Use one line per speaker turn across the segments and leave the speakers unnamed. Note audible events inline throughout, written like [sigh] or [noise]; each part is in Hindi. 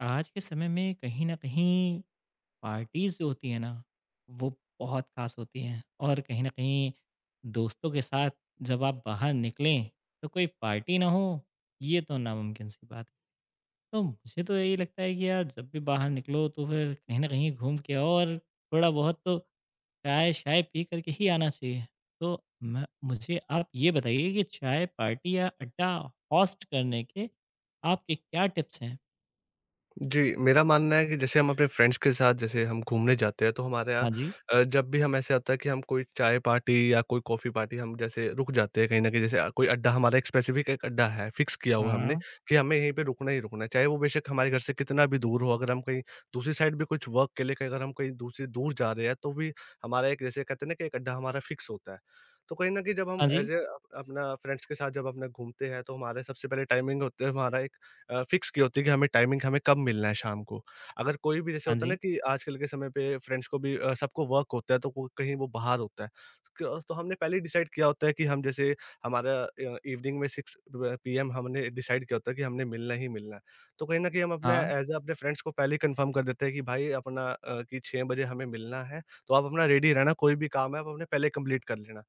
आज के समय में कहीं न कहीं पार्टीज़ जो होती है ना, वो बहुत ख़ास होती हैं और कहीं न कहीं दोस्तों के साथ जब आप बाहर निकलें, तो कोई पार्टी ना हो, ये तो नामुमकिन सी बात है। तो मुझे तो यही लगता है कि यार जब भी बाहर निकलो तो फिर कहीं न कहीं घूम के आओ और थोड़ा बहुत तो चाय-शाय पी कर के ही आना चाहिए। तो मैं मुझे आप ये बताइए कि चाय पार्टी या अड्डा होस्ट करने के आपके क्या टिप्स हैं?
जी, मेरा मानना है कि जैसे हम अपने फ्रेंड्स के साथ जैसे हम घूमने जाते हैं तो हमारे यहाँ
हाँ जी।
जब भी हम ऐसे होता है कि हम कोई चाय पार्टी या कोई कॉफ़ी पार्टी हम जैसे रुक जाते हैं कहीं न कहीं जैसे कोई अड्डा हमारा एक स्पेसिफ़िक एक अड्डा है, फ़िक्स किया हुआ है हमने
हाँ।
कि हमें यहीं पे रुकना ही रुकना है। चाहे वो बेशक हमारे घर से कितना भी दूर हो, अगर हम कहीं दूसरी साइड भी कुछ वर्क के लिए कहीं अगर हम कहीं दूसरी दूर जा रहे हैं तो भी हमारा एक जैसे कहते हैं ना कि एक अड्डा हमारा फ़िक्स होता है। तो कहीं न कहीं जब हम
हाँ जी,
ऐज़ अ, अप अपना फ्रेंड्स के साथ जब अपना घूमते हैं तो हमारे सबसे पहले टाइमिंग होते है हमारा फिक्स की होती है कि हमें टाइमिंग हमें कब मिलना है शाम को। अगर कोई भी जैसे
हाँ
होता है ना
जी,
कि आजकल के समय पे फ्रेंड्स को भी सबको वर्क होता है तो वो कहीं वो बाहर होता है। क तो हमने पहले ही डिसाइड किया होता है कि हम जैसे हमारा इवनिंग में 6 ब पीएम हमने डिसाइड किया होता है कि हमने मिलना ही मिलना है। तो कहीं न कहीं हम अपने
हाँ,
एज़ अ अपने फ्रेंड्स को पहले ही कन्फर्म कर देते हैं कि भाई अपना कि 6 बजे हमें मिलना है, तो आप अपना रेडी रहना, कोई भी काम है आप अपने पहले कंप्लीट कर लेना।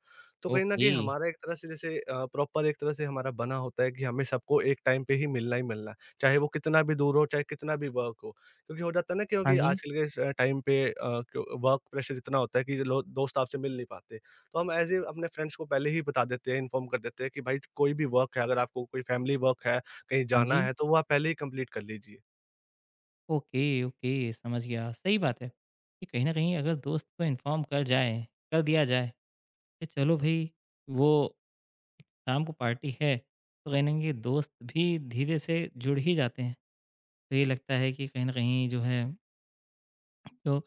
तो कहीं न
ओके।
कहीं हमारा एक तरह से जैसे प्रॉपर एक तरह से हमारा बना होता है कि हमें सबको एक टाइम पे ही मिलना है। चाहे वो कितना भी दूर हो, चाहे कितना भी वर्क हो। क्योंकि हो जाता है ना,
हाँ
क्योंकि
जी,
आजकल के इस टाइम पे अ, क्यो वर्क प्रेशर इतना होता है कि लो दोस्त आपसे मिल नहीं पाते। तो हम ऐसे अपने फ्रेंड्स को पहले ही बता देते हैं, इन्फॉर्म कर देते हैं कि भाई कोई भी वर्क है, अगर आपको कोई फैमिली वर्क है, कहीं
हाँ
जाना
जी,
है, तो वो आप पहले ही कंप्लीट कर लीजिए।
ओके, ओके, समझ गया। सही बात है कि कहीं न कहीं अगर दोस्त को इन्फॉर्म कर जाएँ कर दिया जाए कि चलो भई वो शाम को पार्टी है, तो कहीं न कहीं दोस्त भी धीरे से जुड़ ही जाते हैं। तो ये लगता है कि कहीं न कहीं जो है तो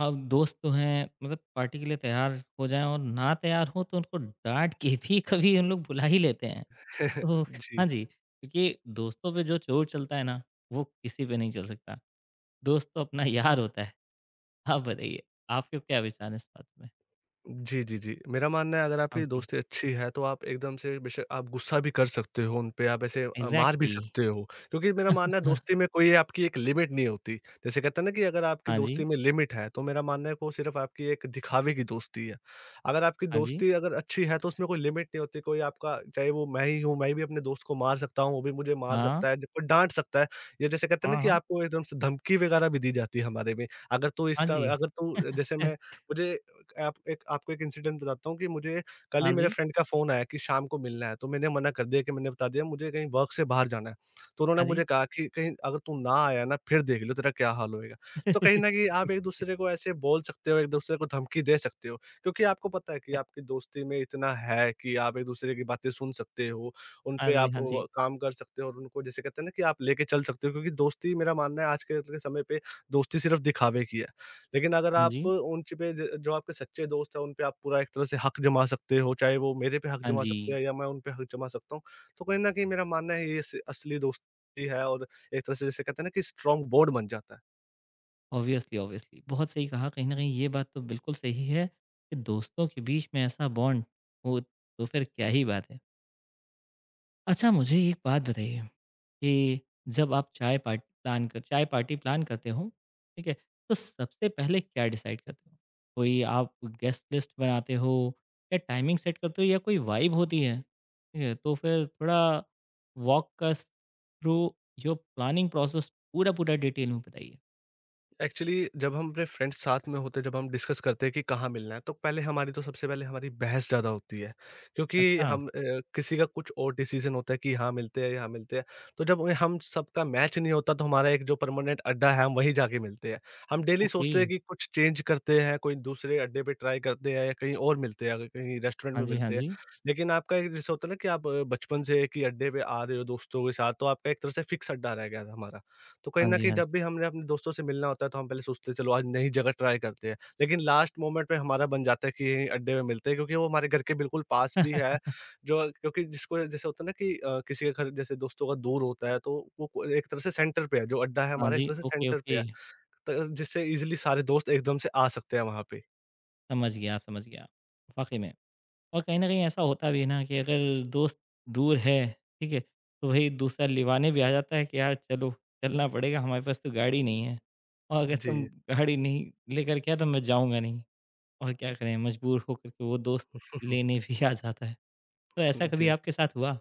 अब दोस्त तो हैं मतलब पार्टी के लिए तैयार हो जाएँ और ना तैयार हों तो उनको डाँट के भी कभी हम लोग बुला ही लेते हैं। ओह!
[laughs]
हाँ
जी।
जी, क्योंकि दोस्तों पे जो ज़ोर चलता है ना, वो किसी पे नहीं चल सकता। दोस्त तो अपना यार होता है। [laughs] आप बताइए, आपके क्या विचार हैं इस बात में?
जी, जी, जी। मेरा मानना है अगर
हाँ
आपकी
जी,
दोस्ती अच्छी है तो आप एकदम से बेशक आप गुस्सा भी कर सकते हो उन पे, आप ऐसे मार भी
एग्ज़ैक्टली।
सकते हो। क्योंकि मेरा
[laughs]
मानना है
हाँ
दोस्ती में कोई आपकी एक लिमिट नहीं होती। जैसे कहते हैं ना कि अगर आपकी
हाँ जी,
दोस्ती में लिमिट है तो मेरा मानना है वो सिर्फ़ आपकी एक दिखावे की दोस्ती है। अगर आपकी
हाँ जी,
दोस्ती अगर अच्छी है तो उसमें कोई लिमिट नहीं होती, कोई आपका चाहे वो मैं ही हूँ, मैं भी अपने दोस्त को मार सकता हूँ, वो भी मुझे मार
हाँ,
सकता है, कोई डाँट सकता है। या जैसे कहते हैं ना
हाँ,
कि
हाँ,
आपको एकदम से धमकी वगैरह भी दी जाती है हमारे में।
हाँ जी।
अगर तू जैसे मैं
[laughs]
मुझे एक आप एक आपको एक इंसिडेंट बताता हूँ कि मुझे कल
हाँ
ही मेरे
जी,
फ्रेंड का फ़ोन आया कि शाम को मिलना है, तो मैंने मना कर दिया कि मैंने बता दिया मुझे कहीं वर्क से बाहर जाना है। तो उन्होंने
हाँ जी।
मुझे कहा कि कहीं अगर तू ना आया ना फिर देख लियो तेरा क्या हाल होएगा। तो कहीं न
[laughs]
कहीं आप एक-दूसरे को ऐसे बोल सकते हो, एक-दूसरे को धमकी दे सकते हो, क्योंकि आपको पता है कि आपकी दोस्ती में इतना है कि आप एक-दूसरे की बातें सुन सकते हो, उन
हाँ
पे
जी,
आप
हाँ जी,
व काम कर सकते हो और उनको जैसे कहते हैं ना कि आप लेके चल सकते हो, क्योंकि दोस्ती मेरा मानना है आज के समय पे दोस्ती सिर्फ़ दिखावे की है। लेकिन अगर
हाँ
आप
जी,
उन च पे ज जो आपके सच्चे दोस्त हैं, उन पे आप पूरा एक तरह से हक जमा सकते हो, चाहे वो मेरे पे हक
हाँ
जमा सकते
जी।
हैं या मैं उन पे हक जमा सकता हूँ। तो कहीं न कहीं मेरा मानना है ये स असली दोस्ती है और एक तरह से जिसे कहते हैं ना कि स्ट्रॉन्ग बॉन्ड बन जाता है।
ऑब्वियसली, ऑब्वियसली, बहुत सही कहा। कहीं न कहीं ये बात तो बिल्कुल सही है कि दोस्तों के बीच में ऐसा बॉन्ड हो, तो फिर क्या ही बात है। अच्छा मुझे एक बात बताइए कि जब आप चाय पार्टी प्लान करते हो, ठीक है? तो सबसे पहले क्या डिसाइड करते हो? कोई आप गेस्ट लिस्ट बनाते हो या टाइमिंग सेट करते हो या कोई वाइब होती है? ठीक है? तो फिर थोड़ा walk us through your planning process पूरा-पूरा डिटेल में बताइए।
एक्चुअली जब हम अपने फ्रेंड्स साथ में होते हैं, जब हम डिस्कस करते हैं कि कहाँ मिलना है, तो पहले हमारी तो सबसे पहले हमारी बहस ज़्यादा होती है। क्योंकि
अच्छा,
हम किसी का कुछ और डिसीज़न होता है कि यहाँ मिलते हैं, यहाँ मिलते हैं। तो जब हम सबका मैच नहीं होता तो हमारा एक जो परमानेंट अड्डा है, हम वहीं जाके मिलते हैं। हम डेली
ओके।
सोचते हैं कि कुछ चेंज करते हैं, कोई दूसरे अड्डे पे ट्राई करते हैं या कहीं और मिलते हैं, अगर कहीं रेस्टोरेंट
हाँ
में
जी, हाँ
मिलते हैं।
जी।
लेकिन आपका एक जैसे होता है ना कि आप बचपन से एक ही अड्डे पे आ रहे हो दोस्तों के साथ, तो आपका एक तरह से फिक्स अड्डा रह गया था हमारा। तो कहीं
हाँ
न
जी,
कहीं
हाँ जी।
जब भी हमने अपने दोस्तों से मिलना होता है, तो हम पहले सोचते हैं चलो आज नई जगह ट्राई करते हैं। लेकिन लास्ट मोमेंट पे हमारा बन जाता है कि यहीं अड्डे में मिलते हैं, क्योंकि वो हमारे घर के बिल्कुल पास भी है।
[laughs]
जो क्योंकि जिसको जैसे होता है ना कि किसी के घर जैसे दोस्तों का दूर होता है तो वो को एक तरह से सेंटर पे है, जो अड्डा है
हाँ
हमारा एक
जी,
तरह से
ओके,
सेंटर पे
ओके।
है। तो जिससे ईज़िली सारे दोस्त एकदम से आ सकते हैं वहाँ पे।
समझ गया, समझ गया। वाक़ई में। और कहीं न कहीं ऐसा होता भी है ना कि अगर दोस्त दूर है, ठीक है? तो वही दूसरा लिवाने भी आ जाता है कि यार चलो, चलना पड़ेगा हमारे पास तो गाड़ी नहीं है। और अगर तुम
जी।
गाड़ी नहीं लेकर के आए तो मैं जाऊँगा नहीं। और क्या करें मजबूर होकर के वो दोस्त लेने
[laughs]
भी आ जाता है। तो ऐसा कभी
जी।
आपके साथ हुआ?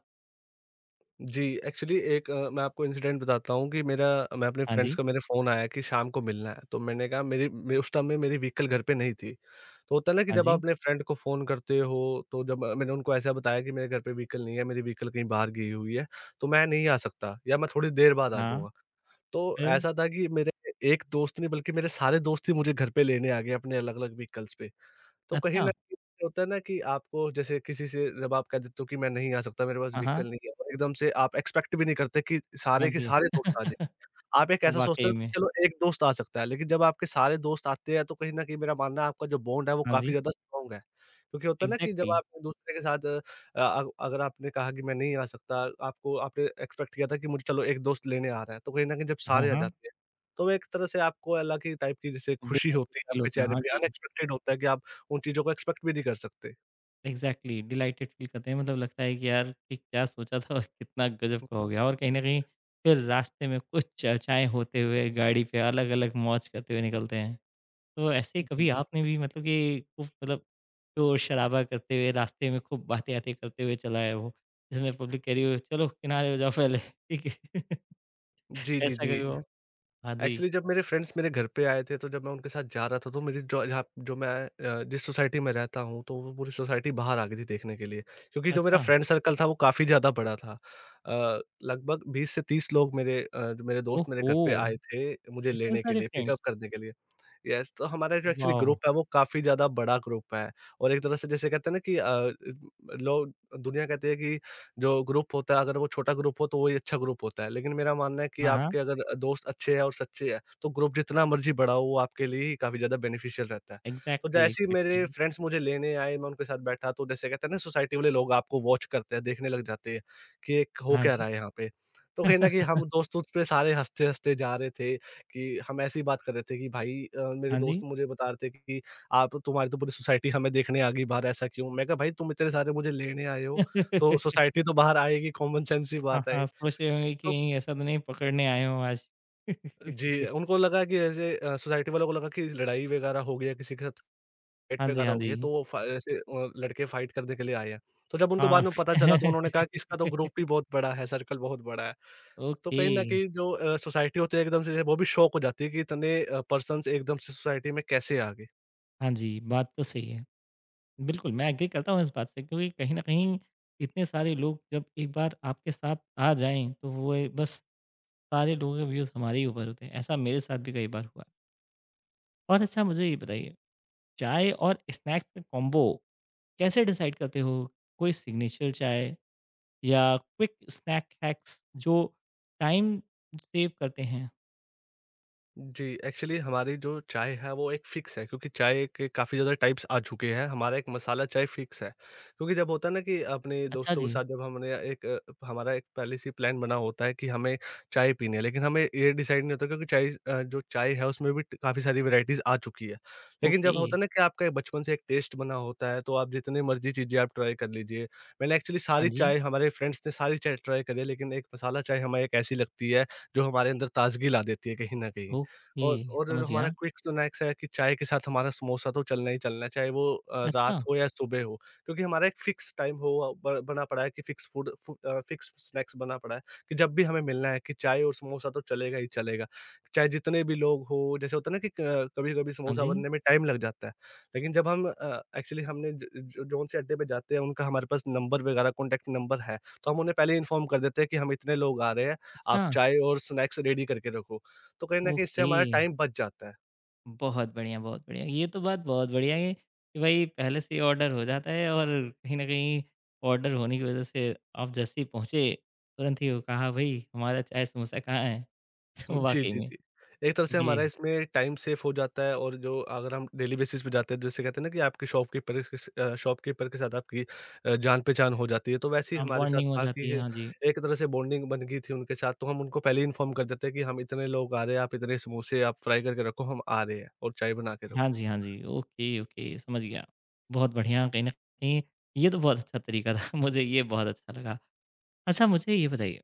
जी, एक्चुअली एक मैं आपको इंसिडेंट बताता हूँ कि मेरा मैं अपने
हाँ
फ्रेंड्स
जी,
का मेरे फ़ोन आया कि शाम को मिलना है, तो मैंने कहा मेरी मे उस टाइम में मेरी व्हीकल घर पे नहीं थी। तो होता है ना कि
हाँ
जब आप
जी,
अपने फ्रेंड को फ़ोन करते हो, तो जब मैंने उनको ऐसा बताया कि मेरे घर पे व्हीकल नहीं है, मेरी व्हीकल कहीं बाहर गई हुई है, तो मैं नहीं आ सकता या मैं थोड़ी देर बाद आ
हाँ,
जाऊँगा। तो
फिर?
ऐसा था कि मेरे एक दोस्त नहीं बल्कि मेरे सारे दोस्त ही मुझे घर पे लेने आ गए अपने अलग-अलग व्हीकल्स पे। तो कहीं
अच्छा,
न कहीं होता है ना कि आपको जैसे किसी से जब आप कह देते हो कि मैं नहीं आ सकता, मेरे पास
हाँ, हाँ,
व्हीकल नहीं है और एकदम से आप एक्सपेक्ट भी नहीं करते कि
हाँ
सारे के
जी।
सारे दोस्त आ।
[laughs]
आप एक ऐसा सोचते
वाक़ई
हो कि
में,
चलो एक दोस्त आ सकता है, लेकिन जब आपके सारे दोस्त आते हैं तो कहीं न कहीं मेरा मानना है आपका जो बॉन्ड है वो
हाँ
काफ़ी
जी,
ज़्यादा स्ट्रॉन्ग है। क्योंकि होता है ना कि जब
एग्ज़ैक्टली
आप एक दूसरे के साथ अ, अग अगर आपने कहा कि मैं नहीं आ सकता, आपको आपने एक्सपेक्ट किया था कि मुझे चलो एक दोस्त लेने आ रहा है, तो कहीं न कहीं जब
हाँ,
सारे आ
हाँ,
जाते हैं, तो एक तरह से आपको अलग ही टाइप की जैसे खुशी होती है
फील
आपके
होता है,
चेहरे
हाँ
पे,
जी।
अनएक्सपेक्टेड होता है कि आप उन चीज़ों को एक्सपेक्ट भी नहीं कर सकते।
एग्जैक्टली exactly, डिलाइटेड फील करते हैं मतलब लगता है कि यार कि क्या सोचा था और कितना गजब
हुँ,
का हो गया और कहीं ना कहीं फिर रास्ते में कुछ चर्चाएं होते हुए गाड़ी पे अलग अलग मौज करते हुए निकलते हैं तो ऐसे ही कभी
जी।
आपने भी मतलब कि खूब मतलब शोर शराबा करते हुए रास्ते में खूब बातें आते करते हुए चला है वो जिसमें पब्लिक कह रही हो चलो किनारे हो जाओ पहले ठीक है [laughs]
जी, जी,
ऐसा
जी।
कभी हो हाँ जी
एक्चुअली जब मेरे फ्रेंड्स मेरे घर पे आए थे, तो जब मैं उनके साथ जा रहा था, तो मेरी जो यहाँ जो मैं जिस सोसाइटी में रहता हूँ, तो वो पूरी सोसाइटी बाहर आ गई थी देखने के लिए। क्योंकि जो मेरा
अच्छा
फ्रेंड सर्कल था, वो काफ़ी ज़्यादा बड़ा था। लगभग 20 से 30 लोग मेरे जो मेरे दोस्त मेरे
ओहो
घर पे आए थे, मुझे
इतने
लेने के
सारे
लिए, पिकअप
फ्रेंड्स
करने के लिए। येस, तो हमारा जो एक्चुअली
वाह
ग्रुप है, वो काफ़ी ज़्यादा बड़ा ग्रुप है और एक तरह से जैसे कहते हैं ना कि लोग दुनिया कहती है कि जो ग्रुप होता है, अगर वो छोटा ग्रुप हो तो वही अच्छा ग्रुप होता है। लेकिन मेरा मानना है कि
हाँ हाँ
आपके अगर दोस्त अच्छे हैं और सच्चे हैं तो ग्रुप जितना मर्ज़ी बड़ा हो वो आपके लिए ही काफ़ी ज़्यादा बेनिफिशियल रहता है। तो
एग्जैक्टली
जैसे ही
एग्जैक्टली
मेरे फ्रेंड्स मुझे लेने आए, मैं उनके साथ बैठा, तो जैसे कहते हैं ना, सोसाइटी वाले लोग आपको वॉच करते हैं, देखने लग जाते हैं कि ये हो
हाँ
क्या
जी
रहा है यहाँ पे। तो कहीं न कहीं
[laughs]
हम दोस्त उस पे सारे हँसते-हँसते जा रहे थे कि हम ऐसी बात कर रहे थे कि भाई मेरे
हाँ जी
दोस्त मुझे बता रहे थे कि आप तुम्हारी तो पूरी सोसाइटी हमें देखने आ गई बाहर, ऐसा क्यों? मैं कहा भाई तुम इतने सारे मुझे लेने आए हो।
हाँ,
तो सोसाइटी तो बाहर आएगी, कॉमन सेंस की बात है
हाँ,
ये।
सोच रहे होंगे कि
तो
कहीं ऐसा तो नहीं पकड़ने आए हो आज।
जी,
[laughs]
उनको लगा कि ऐसे सोसाइटी वालों को लगा कि लड़ाई वगैरह हो गई है, किसी के साथ फाइट
हाँ जी,
वगैरह
हाँ
हो गई है, तो
जी।
वो फ ऐसे लड़के फाइट करने के लिए आए हैं। तो जब उनको
हाँ।
बाद में पता चला, तो उन्होंने कहा
[laughs]
कि इसका तो ग्रुप भी बहुत बड़ा है, सर्कल बहुत बड़ा है। तो
ओके।
कहीं न कहीं जो सोसाइटी होती है एकदम से वो भी शॉक हो जाती है कि इतने पर्सन्स एकदम से सोसाइटी में कैसे आ गए।
हाँ जी, बात तो सही है। बिल्कुल, मैं एग्री करता हूँ इस बात से क्योंकि कहीं न कहीं इतने सारे लोग जब एक बार आपके साथ आ जाएँ, तो वो ए बस सारे लोगों के व्यूज़ हमारे ही ऊपर होते हैं। ऐसा मेरे साथ भी कई बार हुआ है। और अच्छा मुझे ये बताइए, चाय और स्नैक्स का कॉम्बो कैसे डिसाइड करते हो? कोई सिग्नेचर चाय या क्विक स्नैक हैक्स जो टाइम सेव करते हैं?
जी, एक्चुअली हमारी जो चाय है वो एक फ़िक्स है, क्योंकि चाय के काफ़ी ज़्यादा टाइप्स आ चुके हैं। हमारा एक मसाला चाय फ़िक्स है, क्योंकि जब होता है ना कि अपने
अच्छा
दोस्तों के
जी।
साथ जब हमने एक अ, हमारा एक पहले से ही प्लान बना होता है कि हमें चाय पीनी है। लेकिन हमें ये डिसाइड नहीं होता, क्योंकि चाय जो चाय है उसमें भी काफ़ी सारी वैराइटीज़ आ चुकी है। लेकिन
ओके।
जब होता है ना कि आपका एक बचपन से एक टेस्ट बना होता है, तो आप जितनी मर्ज़ी चीज़ें आप ट्राई कर लीजिए। मैंने एक्चुअली
हाँ
सारी
जी।
चाय, हमारे फ्रेंड्स ने सारी चाय ट्राई करी है, लेकिन एक मसाला चाय हमें एक ऐसी लगती है जो हमारे अंदर ताज़गी ला देती है कहीं न कहीं।
ओके,
और जो
समझ
हमारा
गया।
क्विक स्नैक्स है कि चाय के साथ हमारा समोसा तो चलना ही चलना है, चाहे वो रात
अच्छा।
हो या सुबह हो। क्योंकि हमारा एक फिक्स टाइम हो अ, ब बना पड़ा है कि फिक्स फिक्स स्नैक्स बना पड़ा है कि जब भी हमें मिलना है कि चाय और समोसा तो चलेगा ही चलेगा। चाहे जितने भी लोग हो, जैसे होता है ना कि क कभी-कभी
हाँ
समोसा
जी।
बनने में टाइम लग जाता है। लेकिन एक्चुअली हमने ज ज जौन से अड्डे पे जाते हैं उनका हमारे पास नंबर वगैरह, कॉन्टैक्ट नंबर है, तो हम उन्हें पहले ही इन्फॉर्म कर देते हैं कि हम इतने लोग आ रहे हैं,
अच्छा,
आप चाय और स्नैक्स रेडी करके रखो। तो कहीं न कहीं इससे
ओके।
हमारा टाइम बच जाता है।
बहुत बढ़िया, बहुत बढ़िया। ये तो बात बहुत बढ़िया है कि भाई पहले से ही ऑर्डर हो जाता है और कहीं न कहीं ऑर्डर होने की वज़ह से आप जैसे ही पहुँचे, तुरंत ही वो कहा, "भई, हमारा चाय समोसा कहाँ है?" [laughs] तो
जी,
वाक़ई
जी,
में
जी। एक तरह से
ये
हमारा इसमें टाइम सेव हो जाता है, और जो अगर हम डेली बेसिस पे जाते हैं, जैसे कहते हैं ना कि आपके शॉपकीपर के साथ आपकी जान-पहचान हो जाती है। तो वैसे ही
हाँ,
हमारे साथ
बॉन्डिंग हो
था
जाती
कि
है।
ये
हाँ जी।
एक तरह से बॉन्डिंग बन गई थी उनके साथ, तो हम उनको पहले ही इन्फॉर्म कर देते हैं कि हम इतने लोग आ रहे हैं, आप इतने समोसे आप फ्राई करके रखो, हम आ रहे हैं, और चाय बना के
हाँ
रखो।
जी, हाँ जी। ओके, ओके समझ गया। बहुत बढ़िया कहीं न कहीं ये तो बहुत अच्छा तरीका था। [laughs] मुझे ये बहुत अच्छा लगा। अच्छा मुझे ये बताइए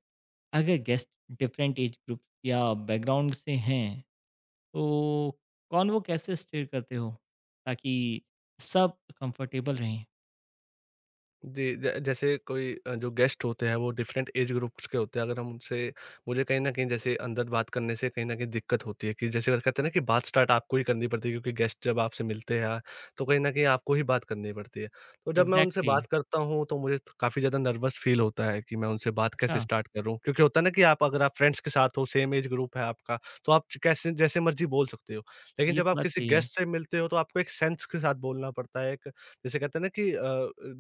अगर गेस्ट डिफरेंट एज ग्रुप या बैकग्राउंड से हैं, तो कॉन्वो कैसे स्टीयर करते हो ताकि सब कंफर्टेबल रहें?
जी, ज जैसे कोई जो गेस्ट होते हैं वो डिफरेंट एज ग्रुप्स के होते हैं। अगर हम उनसे मुझे कहीं न कहीं जैसे अंदर बात करने से कहीं न कहीं दिक्कत होती है कि जैसे वो कहते हैं ना कि बात स्टार्ट आपको ही करनी पड़ती है, क्योंकि गेस्ट जब आपसे मिलते हैं तो कहीं न कहीं आपको ही बात करनी पड़ती है। तो जब मैं उनसे
एग्ज़ैक्टली
बात करता हूँ तो मुझे त काफ़ी ज़्यादा नर्वस फ़ील होता है कि मैं उनसे बात कैसे
अच्छा,
स्टार्ट करूँ? क्योंकि होता है ना कि आप अगर आप फ्रेंड्स के साथ हो, सेम एज ग्रुप है आपका, तो आप च कैसे जैसे मर्ज़ी बोल सकते हो। लेकिन
ये
जब
तो
आप
बात
किसी
सही है।
गेस्ट से मिलते हो, तो आपको एक सेंस के साथ बोलना पड़ता है, एक जैसे कहते हैं ना कि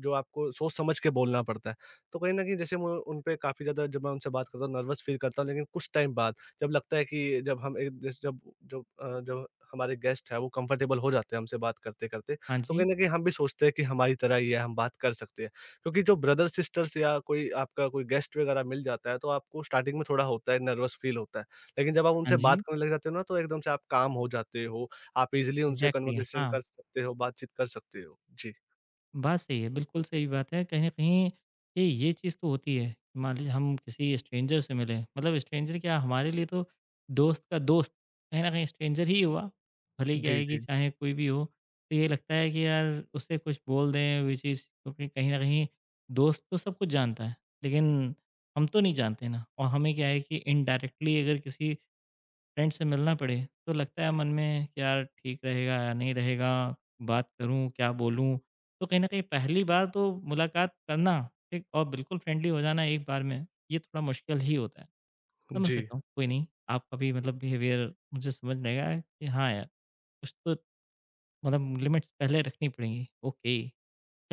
जो आपको सोच समझ के बोलना पड़ता है। तो कहीं न कहीं जैसे मैं उन पे काफ़ी ज़्यादा, जब मैं उनसे बात करता हूँ नर्वस फ़ील करता हूँ, लेकिन कुछ टाइम बाद जब लगता है कि जब हम एक जैसे जब जब अ, जब हमारे गेस्ट हैं वो कंफर्टेबल हो जाते हैं हमसे बात करते-करते,
हाँ
तो कहीं
जी,
न कहीं हम भी सोचते हैं कि हमारी तरह ही है, हम बात कर सकते हैं। क्योंकि जो ब्रदर सिस्टर्स या कोई आपका कोई गेस्ट वगैरह मिल जाता है, तो आपको स्टार्टिंग में थोड़ा होता है, नर्वस फ़ील होता है। लेकिन जब आप
हाँ
उनसे
जी।
बात करने लग जाते हो ना, तो एकदम से आप काम हो जाते हो, आप ईज़िली उनसे
एग्ज़ैक्टली
कन्वर्सेशन
हाँ।
कर सकते हो, बातचीत कर सकते हो। जी।
बात सही है, बिल्कुल सही बात है। कहीं न कहीं ये चीज़ तो होती है। कि मान लीजिए हम किसी स्ट्रेंजर से मिले, मतलब स्ट्रेंजर क्या हमारे लिए तो दोस्त का दोस्त कहीं न कहीं स्ट्रेंजर ही हुआ। भले ही क्या
जी,
है कि
जी।
चाहे कोई भी हो, तो ये लगता है कि यार उससे कुछ बोल दें वो चीज़ क्योंकि कहीं न कहीं दोस्त तो सब कुछ जानता है, लेकिन हम तो नहीं जानते ना और हमें क्या है कि इनडायरेक्टली अगर किसी फ्रेंड से मिलना पड़े तो लगता है मन में कि यार ठीक रहेगा या नहीं रहेगा बात करूं क्या बोलूं तो कहीं ना कहीं पहली बार तो मुलाकात करना ठीक और बिल्कुल फ्रेंडली हो जाना एक बार में ये थोड़ा मुश्किल ही होता है समझ
जी।
सकता हूँ कोई नहीं आपका भी मतलब बिहेवियर मुझे समझ में आएगा कि हाँ यार कुछ तो मतलब लिमिट्स पहले रखनी पड़ेंगी ओके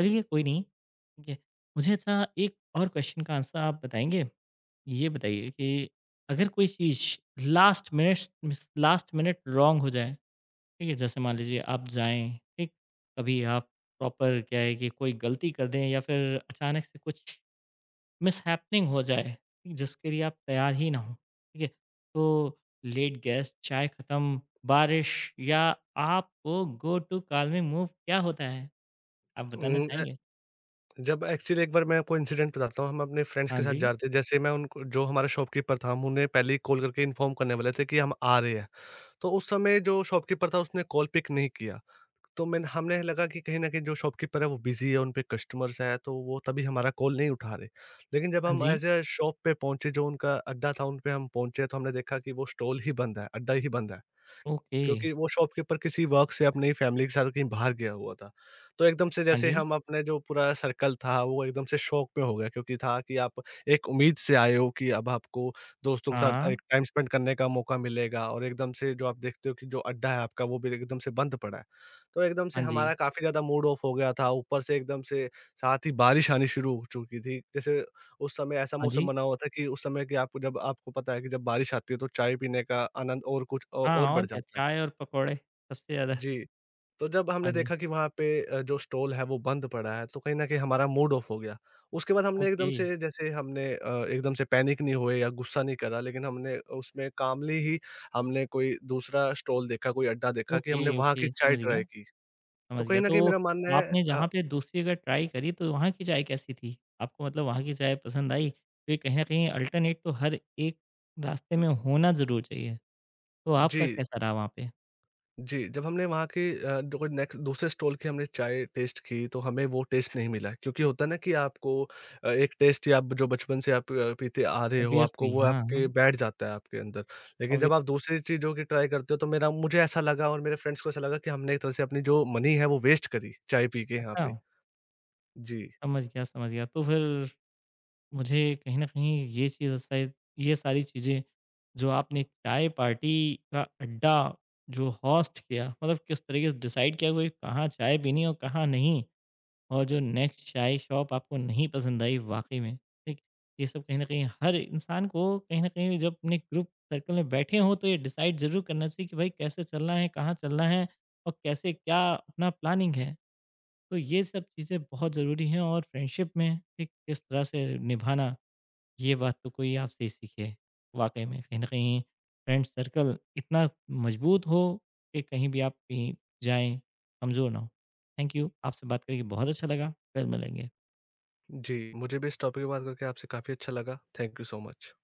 चलिए कोई नहीं ठीक है मुझे अच्छा एक और क्वेश्चन का आंसर आप बताएंगे ये बताइए कि अगर कोई चीज़ लास्ट मिनट रॉन्ग हो जाए, ठीक है? जैसे मान लीजिए आप जाएँ, ठीक? कभी आप प्रॉपर क्या है कि कोई गलती कर दें या फिर अचानक से कुछ मिसहैपनिंग हो जाए, ठीक, जिसके लिए आप तैयार ही ना हों, ठीक है? तो लेट गैस, चाय खत्म, बारिश या आपको गो टू कॉल में मूव क्या होता है? आप बताना
उम, ए
चाहेंगे?
जब एक्चुअली एक बार मैं आपको इंसिडेंट बताता हूँ, हम अपने फ्रेंड्स
हाँ
के साथ
जी,
जा रहे थे, जैसे मैं उनको, जो हमारा शॉपकीपर था, हम उन्हें पहले ही कॉल करके इन्फॉर्म करने वाले थे कि हम आ रहे हैं। तो उस समय जो शॉपकीपर था उसने कॉल पिक नहीं किया। तो मैंने हमें लगा कि कहीं न कहीं जो शॉपकीपर है वो बिज़ी है, उन पे कस्टमर्स हैं, तो वो तभी हमारा कॉल नहीं उठा रहे। लेकिन जब
हाँ
हम
जी,
एज़ अ शॉप पे पहुँचे, जो उनका अड्डा था, उन पे हम पहुँचे, तो हमने देखा कि वो स्टॉल ही बंद है, अड्डा ही बंद है।
ओके,
क्योंकि वो शॉपकीपर किसी वर्क से अपनी फैमिली के साथ कहीं बाहर गया हुआ था। तो एकदम से
हाँ
जैसे
जी,
हम अपने, जो पूरा सर्कल था वो एकदम से शॉक में हो गया, क्योंकि था कि आप एक उम्मीद से आए हो कि अब आपको दोस्तों के साथ
हाँ,
एक टाइम स्पेंड करने का मौका मिलेगा, और एकदम से जो आप देखते हो कि जो अड्डा है आपका वो भी एकदम से बंद पड़ा है। तो एकदम से
हाँ जी,
हमारा काफ़ी ज़्यादा मूड ऑफ हो गया था, ऊपर से एकदम से साथ ही बारिश आनी शुरू हो चुकी थी। जैसे उस समय ऐसा
हाँ
मौसम
जी।
बना हुआ था कि उस समय, कि आपको, जब आपको पता है कि जब बारिश आती है तो चाय पीने का आनंद और कुछ औ और
हाँ, और
बढ़
क्या
जाता है।
चाय और पकौड़े सबसे ज़्यादा
जी, तो जब हमने
हाँ जी।
देखा कि वहाँ पे जो स्टॉल है वो बंद पड़ा है, तो कहीं न कहीं हमारा मूड ऑफ हो गया। उसके बाद हमने
ओके,
एकदम से, जैसे हमने एकदम से पैनिक नहीं हुए या गुस्सा नहीं करा, लेकिन हमने उसमें कामली ही हमने कोई दूसरा स्टॉल देखा, कोई अड्डा देखा कि हमने वहाँ की
ओके
चाय
समझ गया,
ट्राई की। तो
समझ गया।
कहीं न कहीं
तो
मेरा मानना है
आपने जहाँ पे दूसरी अगर ट्राई करी तो वहाँ की चाय कैसी थी? आपको मतलब वहाँ की चाय पसंद आई? तो ये कहीं न कहीं अल्टरनेट तो हर एक रास्ते में होना ज़रूर चाहिए। तो
जी।
आपका कैसा रहा वहाँ पे?
जी, जब हमने वहाँ के जो नेक्स्ट दूसरे स्टॉल की हमने चाय टेस्ट की, तो हमें वो टेस्ट नहीं मिला, क्योंकि होता है ना कि आपको एक टेस्ट, या आप जो बचपन से आप पीते आ रहे हो, आपको
ऑब्वियसली
वो
हाँ,
आपके
हाँ।
बैठ जाता है आपके अंदर। लेकिन
ऑब्वियस
जब आप दूसरी चीज़ों की ट्राई करते हो, तो मेरा मुझे ऐसा लगा और मेरे फ्रेंड्स को ऐसा लगा कि हमने एक तरह से अपनी जो मनी है, वो वेस्ट करी चाय पी के यहाँ
अच्छा,
पे। जी,
समझ गया, समझ गया। तो फिर मुझे कहीं न कहीं ये चीज़ शायद ये सारी चीज़ें जो आपने चाय पार्टी का अड्डा जो होस्ट किया मतलब किस तरीके से डिसाइड किया कोई कहाँ चाय पीनी है और कहाँ नहीं और जो नेक्स्ट चाय शॉप आपको नहीं पसंद आई वाक़ई में, ठीक? ये सब कहीं न कहीं हर इंसान को कहीं न कहीं जब अपने ग्रुप सर्कल में बैठे हों तो ये डिसाइड ज़रूर करना चाहिए कि भाई कैसे चलना है, कहाँ चलना है और कैसे क्या अपना प्लानिंग है। तो ये सब चीज़ें बहुत ज़रूरी हैं और फ्रेंडशिप में ठीक किस तरह से निभाना ये बात तो कोई आपसे ही सीखे। वाक़ई में कहीं न कहीं फ्रेंड सर्कल इतना मजबूत हो कि कहीं भी आप कहीं जाएँ, कमज़ोर ना हो। थैंक यू, आपसे बात करके बहुत अच्छा लगा। फिर मिलेंगे।
जी, मुझे भी इस टॉपिक पे बात करके आपसे काफ़ी अच्छा लगा। Thank you so much.